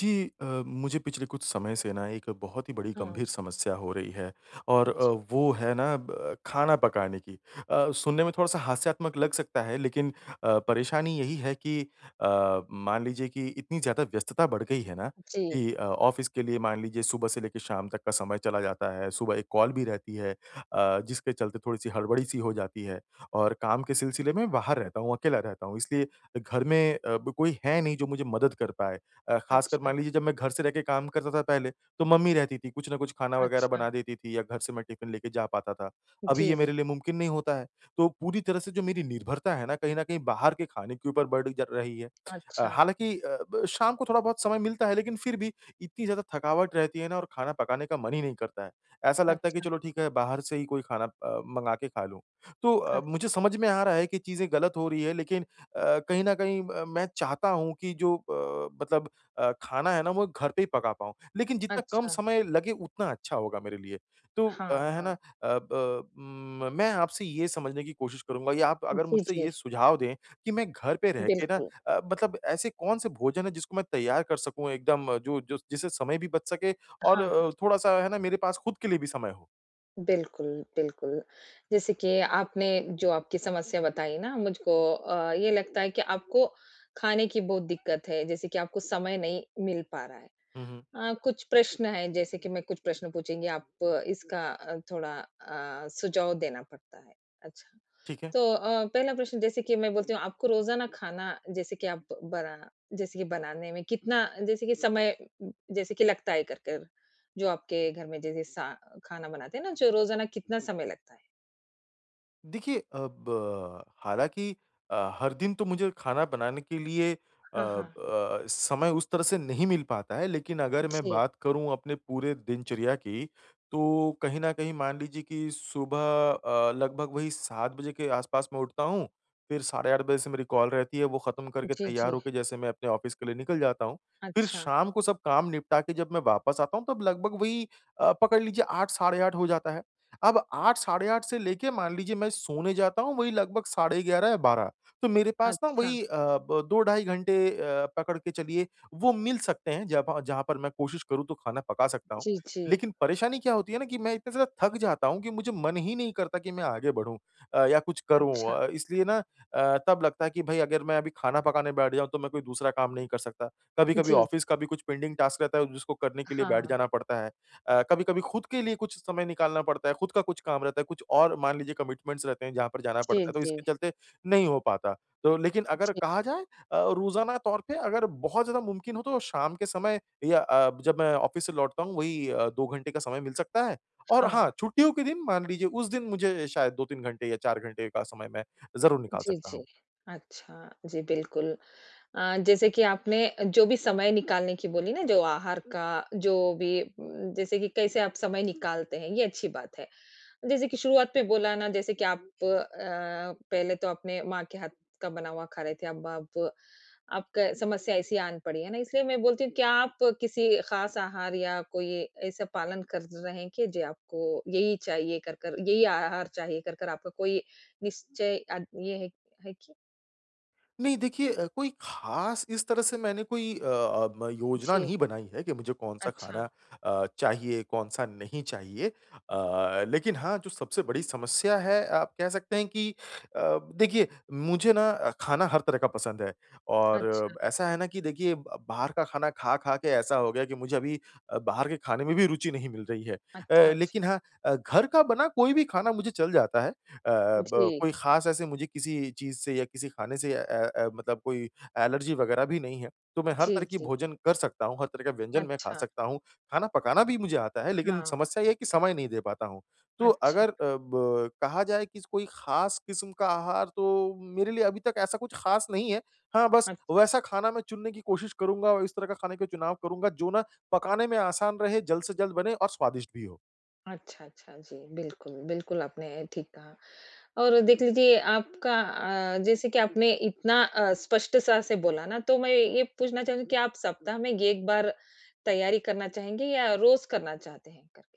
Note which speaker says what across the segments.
Speaker 1: जी मुझे पिछले कुछ समय से ना एक बहुत ही बड़ी
Speaker 2: हाँ,
Speaker 1: गंभीर समस्या हो रही है और
Speaker 2: अच्छा,
Speaker 1: वो है ना ब खाना पकाने की। सुनने में थोड़ा-सा हास्यात्मक लग सकता है लेकिन परेशानी यही है कि मान लीजिए कि इतनी ज़्यादा व्यस्तता बढ़ गई है ना
Speaker 2: जी,
Speaker 1: कि ऑफ़िस के लिए मान लीजिए सुबह से लेके शाम तक का समय चला जाता है, सुबह एक कॉल भी रहती है जिसके चलते थोड़ी-सी हड़बड़ी-सी हो जाती है और काम के सिलसिले में बाहर रहता हूँ, अकेला रहता हूँ इसलिए घर में अ, ब कोई है नहीं जो मुझे मदद कर पाए। ख़ासकर
Speaker 2: अच्छा,
Speaker 1: मान लीजिए जब मैं घर से रह के काम करता था पहले, तो मम्मी रहती थी, कुछ न कुछ खाना वग़ैरह
Speaker 2: अच्छा,
Speaker 1: बना देती थी या घर से मैं टिफ़िन लेके जा पाता था। अभी
Speaker 2: जी,
Speaker 1: ये मेरे
Speaker 2: जी,
Speaker 1: लिए मुमकिन नहीं होता है। तो पूरी तरह से जो मेरी निर्भरता है ना, कहीं न कहीं बाहर के खाने के ऊपर बढ़ जा रही है।
Speaker 2: अच्छा,
Speaker 1: हालाँकि अ, ब शाम को थोड़ा-बहुत समय मिलता है, लेकिन फिर भी इतनी ज़्यादा थकावट रहती है ना और खाना पकाने का मन ही नहीं करता है। ऐसा लगता है कि
Speaker 2: अच्छा,
Speaker 1: चलो ठीक है, बाहर से ही कोई खाना मँगा के खा लूँ। तो मुझे
Speaker 2: अच्छा,
Speaker 1: समझ में आ रहा है कि चीज़ें गलत हो रही है, लेकिन कहीं न कहीं मैं चाहता हूँ कि जो मतलब खाना है ना वो घर पे ही पका पाऊँ। लेकिन जितना कम
Speaker 2: अच्छा,
Speaker 1: समय लगे उतना अच्छा होगा मेरे लिए। तो
Speaker 2: हाँ,
Speaker 1: है ना
Speaker 2: हाँ,
Speaker 1: अ, ब म मैं आपसे ये समझने की कोशिश करूँगा या आप अगर
Speaker 2: जी,
Speaker 1: मुझसे
Speaker 2: जी,
Speaker 1: ये सुझाव दें कि मैं घर पे रह के ना
Speaker 2: बिल्कुल,
Speaker 1: मतलब ऐसे कौन-से भोजन है जिसको मैं तैयार कर सकूँ एकदम जो जो जिससे समय भी बच सके और
Speaker 2: हाँ, हाँ,
Speaker 1: थोड़ा-सा है ना मेरे पास खुद के लिए भी समय हो?
Speaker 2: बिल्कुल, बिल्कुल। जैसे कि आपने जो आपकी समस्या बताई ना मुझको ये लगता है कि आपको खाने की बहुत दिक्कत है, जैसे कि आपको समय नहीं मिल पा रहा है।
Speaker 1: हुँ, हुँ।
Speaker 2: कुछ प्रश्न हैं, जैसे कि मैं कुछ प्रश्न पूछूँगी, आप इसका थोड़ा सुझाव देना पड़ता है। अच्छा।
Speaker 1: ठीक है।
Speaker 2: तो पहला प्रश्न जैसे कि मैं बोलती हूँ आपको रोज़ाना खाना जैसे कि आप बना जैसे कि बनाने में कितना जैसे कि समय जैसे कि लगता है जो आपके घर में जैसे सा खाना बनाते हैं ना, जो रोज़ाना कितना समय लगता है?
Speaker 1: देखिए अब हालाँकि हर दिन तो मुझे खाना बनाने के लिए
Speaker 2: हाँ, हाँ।
Speaker 1: समय उस तरह से नहीं मिल पाता है, लेकिन अगर मैं
Speaker 2: जी,
Speaker 1: बात करूँ अपने पूरे दिनचर्या की, तो कहीं न कहीं मान लीजिए कि सुबह लगभग वही 7 बजे के आस-पास मैं उठता हूँ, फिर साढ़े 8 बजे से मेरी कॉल रहती है, वो ख़त्म करके
Speaker 2: जी,
Speaker 1: तैयार
Speaker 2: जी।
Speaker 1: होके जैसे मैं अपने ऑफ़िस के लिए निकल जाता हूँ। फिर
Speaker 2: अच्छा,
Speaker 1: शाम को सब काम निपटा के जब मैं वापस आता हूँ, तब लगभग वही पकड़ लीजिए 8 साढ़े 8 हो जाता है। अब 8 साढ़े 8 से लेके मान लीजिए मैं सोने जाता हूँ वही लगभग साढ़े 11 या 12। तो मेरे पास ना
Speaker 2: अच्छा।
Speaker 1: वही अ, ब 2 ढाई घंटे पकड़ के चलिए वो मिल सकते हैं जब हाँ, जहाँ पर मैं कोशिश करूँ तो खाना पका सकता हूँ।
Speaker 2: जी, जी।
Speaker 1: लेकिन परेशानी क्या होती है ना कि मैं इतना ज़्यादा थक जाता हूँ कि मुझे मन ही नहीं करता कि मैं आगे बढ़ूँ या कुछ करूँ
Speaker 2: अच्छा।
Speaker 1: इसलिए ना तब लगता है कि भई अगर मैं अभी खाना पकाने बैठ जाऊँ तो मैं कोई दूसरा काम नहीं कर सकता। कभी-कभी
Speaker 2: जी,
Speaker 1: ऑफ़िस
Speaker 2: जी।
Speaker 1: का भी कुछ पेंडिंग टास्क रहता है जिसको करने के लिए बैठ
Speaker 2: हाँ।
Speaker 1: जाना पड़ता है। कभी-कभी खुद के लिए कुछ समय निकालना पड़ता है, खुद का कुछ काम रहता है, कुछ और मान लीजिए कमिटमेंट्स रहते हैं जहाँ पर जाना
Speaker 2: जी,
Speaker 1: पड़ता है, तो
Speaker 2: जी।
Speaker 1: इसके चलते नहीं हो पाता। तो लेकिन अगर
Speaker 2: जी,
Speaker 1: कहा जाए रोज़ाना तौर पे अगर बहुत ज़्यादा मुमकिन हो तो शाम के समय या जब मैं ऑफ़िस से लौटता हूँ वही 2 घंटे का समय मिल सकता है और
Speaker 2: हाँ।
Speaker 1: हाँ, छुट्टियों के दिन मान लीजिए उस दिन मुझे शायद 2-3 घंटे या 4 घंटे का समय मैं ज़रूर निकाल
Speaker 2: जी,
Speaker 1: सकता
Speaker 2: जी।
Speaker 1: हूँ।
Speaker 2: अच्छा, जी बिल्कुल। जैसे कि आपने जो भी समय निकालने की बोली ना, जो आहार का जो भी जैसे कि कैसे आप समय निकालते हैं, ये अच्छी बात है। जैसे कि शुरुआत में बोला ना जैसे कि आप पहले तो अपने माँ के हाथ का बना हुआ खा रहे थे, अब आप आपका समस्या ऐसी आन पड़ी है ना, इसलिए मैं बोलती हूँ क्या आप किसी ख़ास आहार या कोई ऐसा पालन कर रहे हैं कि जी आपको यही चाहिए कर कर यही आहार चाहिए कर कर आपका कोई निश्चय ये है कि?
Speaker 1: नहीं देखिए कोई ख़ास इस तरह से मैंने कोई अ अ, म योजना
Speaker 2: जी,
Speaker 1: नहीं बनाई है कि मुझे कौन-सा खाना
Speaker 2: अच्छा,
Speaker 1: चाहिए, कौन-सा नहीं चाहिए। लेकिन हाँ, जो सबसे बड़ी समस्या है आप कह सकते हैं कि अ, देखिए मुझे ना खाना हर तरह का पसंद है और
Speaker 2: अच्छा।
Speaker 1: ऐसा है ना कि देखिए ब बाहर का खाना खा-खा के ऐसा हो गया कि मुझे अभी बाहर के खाने में भी रुचि नहीं मिल रही है।
Speaker 2: अच्छा, अच्छा।
Speaker 1: लेकिन हाँ घर का बना कोई भी खाना मुझे चल जाता है। अ,
Speaker 2: जी,
Speaker 1: ब कोई ख़ास ऐसे मुझे किसी चीज़ से या किसी खाने से मतलब कोई एलर्जी वग़ैरह भी नहीं है, तो मैं हर
Speaker 2: जी,
Speaker 1: तरह की
Speaker 2: जी।
Speaker 1: भोजन कर सकता हूँ, हर तरह का व्यंजन मैं खा
Speaker 2: अच्छा,
Speaker 1: सकता हूँ। खाना पकाना भी मुझे आता है, लेकिन
Speaker 2: हाँ,
Speaker 1: समस्या ये है कि समय नहीं दे पाता हूँ। तो
Speaker 2: अच्छा,
Speaker 1: अगर अ, ब कहा जाए कि कोई ख़ास किस्म का आहार तो मेरे लिए अभी तक ऐसा कुछ ख़ास नहीं है। हाँ, बस
Speaker 2: अच्छा,
Speaker 1: वैसा खाना मैं चुनने की कोशिश करूँगा और इस तरह का खाने का चुनाव करूँगा जो ना पकाने में आसान रहे, जल्द से जल्द बने और स्वादिष्ट भी हो।
Speaker 2: अच्छा, अच्छा, जी, बिल्कुल, बिल्कुल आपने ठीक कहा। और देख लीजिए आपका जैसे कि आपने इतना स्पष्टता से बोला ना, तो मैं ये पूछना चाहूँगी कि आप सप्ताह में ये 1 बार तैयारी करना चाहेंगे या रोज़ करना चाहते हैं करके?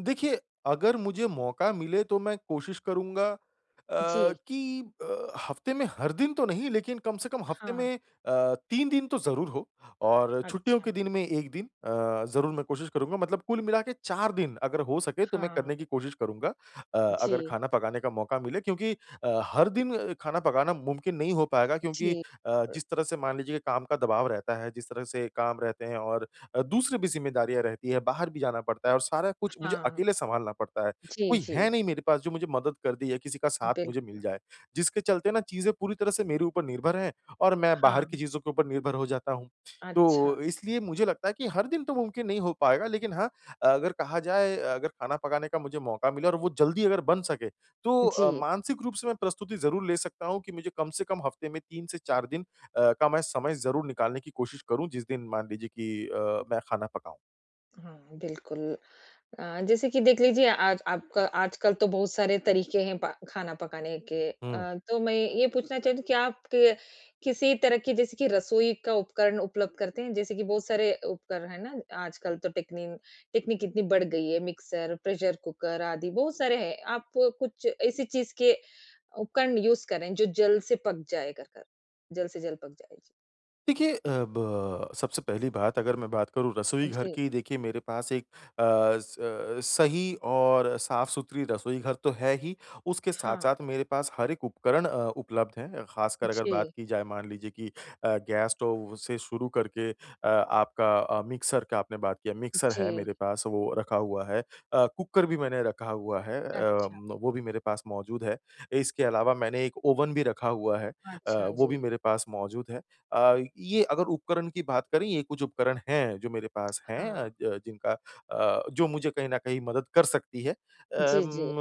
Speaker 1: देखिए, अगर मुझे मौका मिले तो मैं कोशिश करूँगा
Speaker 2: जी,
Speaker 1: अ, कि हफ़्ते में हर दिन तो नहीं लेकिन कम से कम हफ़्ते
Speaker 2: हाँ,
Speaker 1: में 3 दिन तो ज़रूर हो और छुट्टियों के
Speaker 2: अच्छा,
Speaker 1: दिन में 1 दिन ज़रूर मैं कोशिश करूँगा मतलब कुल मिला के 4 दिन अगर हो सके तो मैं
Speaker 2: हाँ,
Speaker 1: करने की कोशिश करूँगा अगर
Speaker 2: जी,
Speaker 1: खाना पकाने का मौका मिले क्योंकि हर दिन खाना पकाना मुमकिन नहीं हो पाएगा क्योंकि
Speaker 2: जी, अ,
Speaker 1: जिस तरह से मान लीजिए कि काम का दबाव रहता है, जिस तरह से काम रहते हैं और दूसरी भी ज़िम्मेदारियाँ रहती है, बाहर भी जाना पड़ता है और सारा कुछ मुझे
Speaker 2: हाँ,
Speaker 1: अकेले सँभालना पड़ता है।
Speaker 2: जी,
Speaker 1: कोई है
Speaker 2: जी,
Speaker 1: नहीं मेरे पास जो मुझे मदद कर दे या किसी का साथ
Speaker 2: बिल
Speaker 1: मुझे मिल जाए, जिसके चलते ना चीज़ें पूरी तरह से मेरे ऊपर निर्भर हैं और मैं
Speaker 2: हाँ,
Speaker 1: बाहर की चीज़ों के ऊपर निर्भर हो जाता हूँ।
Speaker 2: अच्छा,
Speaker 1: तो इसलिए मुझे लगता है कि हर दिन तो मुमकिन नहीं हो पाएगा लेकिन हाँ, अगर कहा जाए अगर खाना पकाने का मुझे मौका मिला और वो जल्दी अगर बन सके, तो
Speaker 2: जी,
Speaker 1: मानसिक रूप से मैं प्रस्तुति ज़रूर ले सकता हूँ कि मुझे कम से कम हफ़्ते में 3 से 4 दिन का मैं समय ज़रूर निकालने की कोशिश करूँ जिस दिन मान लीजिए कि मैं खाना पकाऊँ।
Speaker 2: हाँ, बिल्कुल। जैसे कि देख लीजिए आज आपका आजकल तो बहुत सारे तरीके हैं पा खाना पकाने के।
Speaker 1: हुँ,
Speaker 2: तो मैं ये पूछना चाहती हूँ कि आप क किसी तरह की जैसे कि रसोई का उपकरण उपलब्ध करते हैं? जैसे कि बहुत सारे उपकरण है ना आजकल तो टेक्नीन टेक्निक इतनी बढ़ गई है मिक्सर, प्रेशर कुकर आदि बहुत सारे हैं। आप कुछ ऐसी चीज़ के उपकरण यूज़ करें जो जल्द से पक जाए कर कर जल्द से जल्द पक जाए?
Speaker 1: देखिए अब सबसे पहली बात अगर मैं बात करूँ रसोई
Speaker 2: जी,
Speaker 1: घर
Speaker 2: जी,
Speaker 1: की देखिए मेरे पास एक सही और साफ सुथरी रसोई घर तो है ही उसके साथ
Speaker 2: हाँ,
Speaker 1: साथ मेरे पास हर एक उपकरण उपलब्ध हैं खासकर अगर बात
Speaker 2: जी,
Speaker 1: की जाए मान लीजिए कि गैस स्टोव से शुरू करके आपका मिक्सर का आपने बात किया मिक्सर है
Speaker 2: जी।
Speaker 1: मेरे पास वो रखा हुआ है। कुकर भी मैंने रखा हुआ है
Speaker 2: अच्छा,
Speaker 1: अम, वो भी मेरे पास मौजूद है। इसके अलावा मैंने एक ओवन भी रखा हुआ है,
Speaker 2: अच्छा
Speaker 1: वो
Speaker 2: जी,
Speaker 1: भी मेरे पास मौजूद है। ये अगर उपकरण की बात करें ये कुछ उपकरण हैं जो मेरे पास हैं अ,
Speaker 2: हाँ।
Speaker 1: ज जिनका जो मुझे कहीं न कहीं मदद कर सकती है।
Speaker 2: जी, जी।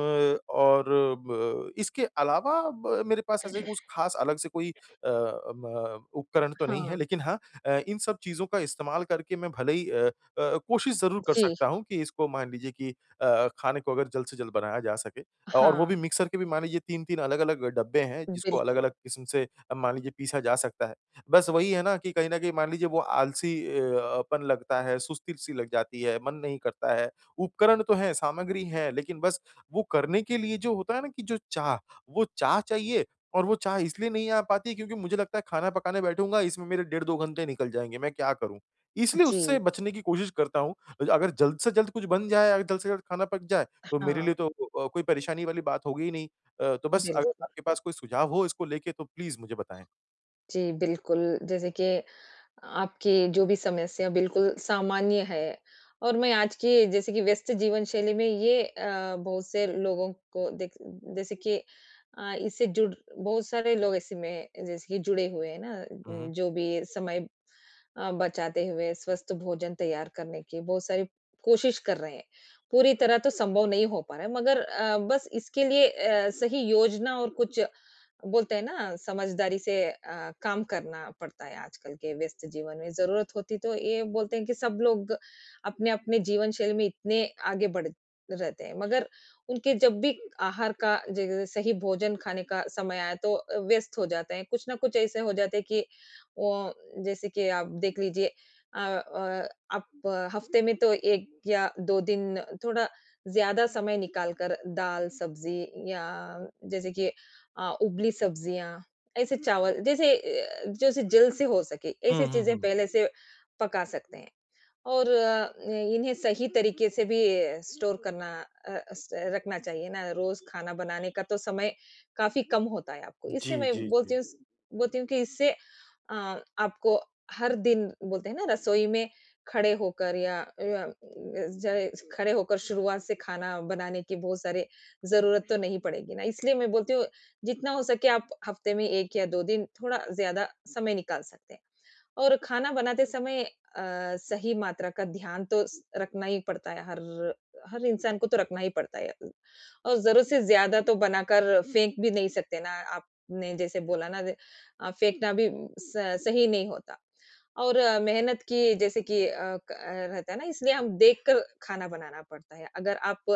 Speaker 1: और ब इसके अलावा ब मेरे पास ऐसे कुछ ख़ास अलग से कोई अ, म उपकरण तो नहीं है
Speaker 2: हाँ।
Speaker 1: लेकिन हाँ इन सब चीज़ों का इस्तेमाल करके मैं भले ही कोशिश ज़रूर कर
Speaker 2: जी।
Speaker 1: सकता हूँ कि इसको मान लीजिए कि खाने को अगर जल्द से जल्द बनाया जा सके और वो भी
Speaker 2: हाँ।
Speaker 1: मिक्सर के भी मान लीजिए 3-3 अलग-अलग डब्बे हैं जिसको
Speaker 2: बिल्कुल,
Speaker 1: अलग-अलग किस्म से मान लीजिए पीसा जा सकता है। बस वही है ना कि कहीं न कहीं मान लीजिए वो आलसी अपन लगता है, सुस्ती-सी लग जाती है, मन नहीं करता है। उपकरण तो हैं, सामग्री है, लेकिन बस वो करने के लिए जो होता है ना कि जो चाह, वो चाह चाहिए और वो चाह इसलिए नहीं आ पाती क्योंकि मुझे लगता है खाना पकाने बैठूँगा, इसमें मेरे डेढ़ 2 घंटे निकल जाएँगे, मैं क्या करूँ? इसलिए
Speaker 2: जी।
Speaker 1: उससे बचने की कोशिश करता हूँ। अगर जल्द से जल्द कुछ बन जाए, अगर जल्द से जल्द खाना पक जाए, तो मेरे लिए
Speaker 2: हाँ,
Speaker 1: तो कोई परेशानी वाली बात होगी ही नहीं। तो बस अगर
Speaker 2: बिल्कुल।
Speaker 1: आपके पास कोई सुझाव हो इसको लेके तो प्लीज़ मुझे बताएँ।
Speaker 2: जी, बिल्कुल, जैसे कि आपकी जो भी समस्या बिल्कुल सामान्य है और मैं आज की जैसे कि व्यस्त जीवन शैली में ये बहुत से लोगों को देख जैसे कि इससे जुड़ बहुत सारे लोग ऐसे में जैसे कि जुड़े हुए हैं ना,
Speaker 1: हुँ, हुँ।
Speaker 2: जो भी समय बचाते हुए स्वस्थ भोजन तैयार करने की बहुत सारी कोशिश कर रहे हैं। पूरी तरह तो संभव नहीं हो पा रहा है मगर बस इसके लिए सही योजना और कुछ बोलते हैं ना समझदारी से काम करना पड़ता है आजकल के व्यस्त जीवन में। ज़रूरत होती तो ये बोलते हैं कि सब लोग अपने-अपने जीवन शैली में इतने आगे बढ़ रहते हैं। मगर उनके जब भी आहार का ज सही भोजन खाने का समय आया तो व्यस्त हो जाते हैं। कुछ न कुछ ऐसे हो जाते हैं कि वो जैसे कि आप देख लीजिए आप हफ्ते में तो 1 या 2 दिन थोड़ा ज़्यादा समय निकाल कर दाल, सब्ज़ी या जैसे कि उबली सब्जियाँ, ऐसे चावल जैसे जैसे जल्द से हो सके,
Speaker 1: हुँ,
Speaker 2: ऐसी
Speaker 1: हुँ,
Speaker 2: चीज़ें
Speaker 1: हुँ।
Speaker 2: पहले से पका सकते हैं। और इन्हें सही तरीके से भी स्टोर करना अ, स रखना चाहिए ना, रोज़ खाना बनाने का तो समय काफ़ी कम होता है आपको।
Speaker 1: जी,
Speaker 2: इससे मैं
Speaker 1: जी,
Speaker 2: बोलती
Speaker 1: जी।
Speaker 2: हूँ स बोलती हूँ कि इससे अ, आपको हर दिन बोलते हैं ना रसोई में खड़े होकर या अ, ज खड़े होकर शुरुआत से खाना बनाने की बहुत सारे ज़रूरत तो नहीं पड़ेगी ना। इसलिए मैं बोलती हूँ जितना हो सके आप हफ्ते में 1 या 2 दिन थोड़ा ज़्यादा समय निकाल सकते हैं। और खाना बनाते समय सही मात्रा का ध्यान तो स रखना ही पड़ता है, हर हर इंसान को तो रखना ही पड़ता है। और ज़रूरत से ज़्यादा तो बनाकर फेंक भी नहीं सकते ना, आपने जैसे बोला ना फेंकना भी स सही नहीं होता। और मेहनत की जैसे कि रहता है ना, इसलिए हम देखकर खाना बनाना पड़ता है। अगर आप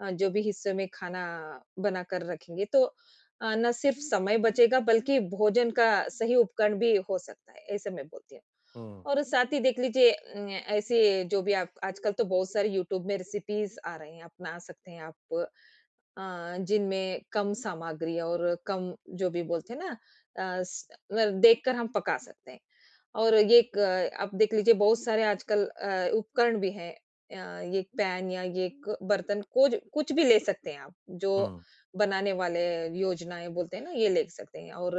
Speaker 2: जो भी हिस्से में खाना बनाकर रखेंगे, तो ना सिर्फ समय बचेगा, बल्कि भोजन का सही उपकरण भी हो सकता है। ऐसे मैं बोलती हूँ।
Speaker 1: हुँ,
Speaker 2: और साथ ही देख लीजिए ऐसे जो भी आप आजकल तो बहुत सारे यूट्यूब में रेसिपीज आ रहे हैं अपना सकते हैं आप जिनमें कम सामग्री और कम जो भी बोलते हैं ना अ, स- मतलब देखकर हम पका सकते हैं और ये एक, आप देख लीजिए बहुत सारे आजकल उपकरण भी हैं ये एक पैन या ये एक बर्तन कुछ कुछ भी ले सकते हैं आप जो
Speaker 1: हुँ।
Speaker 2: बनाने वाले योजनाएं बोलते हैं ना ये ले सकते हैं और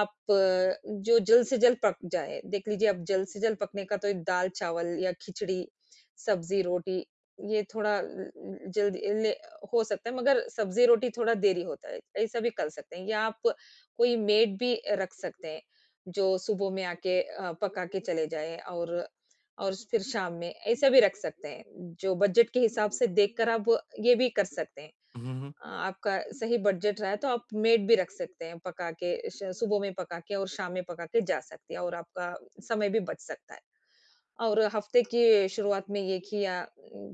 Speaker 2: आप जो जल्द से जल्द पक जाए, देख लीजिए अब जल्द से जल्द पकने का तो दाल-चावल या खिचड़ी, सब्जी-रोटी ये थोड़ा ल ल जल्द ले हो सकता है मगर सब्जी-रोटी थोड़ा देरी होता है, ऐसा भी कर सकते हैं या आप कोई मेड भी रख सकते हैं, जो सुबह में आके पका के चले जाए और फिर शाम में ऐसा भी रख सकते हैं, जो बजट के हिसाब से देखकर आप ये भी कर सकते हैं।
Speaker 1: हुँ, हुँ,
Speaker 2: आपका सही बजट रहा है तो आप मेड भी रख सकते हैं पका के श सुबह में पका के और शाम में पका के जा सकती है और आपका समय भी बच सकता है। और हफ्ते की शुरुआत में ये किया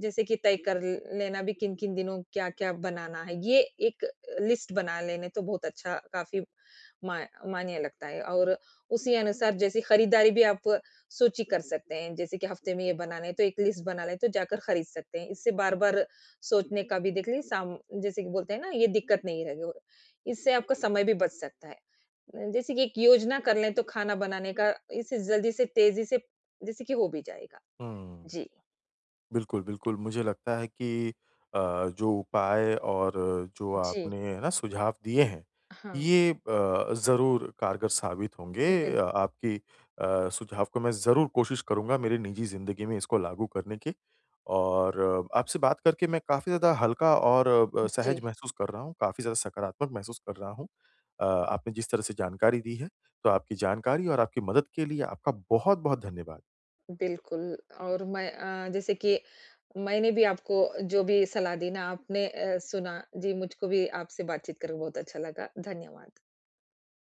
Speaker 2: जैसे कि तय कर लेना भी किन-किन दिनों क्या-क्या बनाना है। ये एक लिस्ट बना लेने तो बहुत अच्छा काफ़ी मा मान्य लगता है और उसी अनुसार जैसे खरीदारी भी आप सूची कर सकते हैं। जैसे कि हफ्ते में ये बनाना है तो एक लिस्ट बना लें तो जाकर खरीद सकते हैं। इससे बार-बार सोचने का भी देखिए साम जैसे कि बोलते हैं ना ये दिक्कत नहीं रहेगी। इससे आपका समय भी बच सकता है। जैसे कि एक योजना कर लें तो खाना बनाने का, इसे जल्दी से तेज़ी से जैसे कि हो भी जाएगा।
Speaker 1: हुँ।
Speaker 2: जी।
Speaker 1: बिल्कुल, बिल्कुल। मुझे लगता है कि अ, जो उपाय और जो
Speaker 2: जी,
Speaker 1: आपने है ना सुझाव दिए हैं,
Speaker 2: हाँ।
Speaker 1: ये ज़रूर कारगर साबित होंगे।
Speaker 2: बिल्कुल।
Speaker 1: आपकी सुझाव को मैं ज़रूर कोशिश करूँगा मेरी निजी ज़िंदगी में इसको लागू करने की। और आपसे बात करके मैं काफ़ी ज़्यादा हल्का और
Speaker 2: जी।
Speaker 1: सहज महसूस कर रहा हूँ, काफ़ी ज़्यादा सकारात्मक महसूस कर रहा हूँ। आपने जिस तरह से जानकारी दी है, तो आपकी जानकारी और आपकी मदद के लिए आपका बहुत-बहुत धन्यवाद।
Speaker 2: बिल्कुल और मैं जैसे कि मैंने भी आपको जो भी सलाह दी ना आपने सुना। जी, मुझको भी आपसे बातचीत करके बहुत अच्छा लगा। धन्यवाद।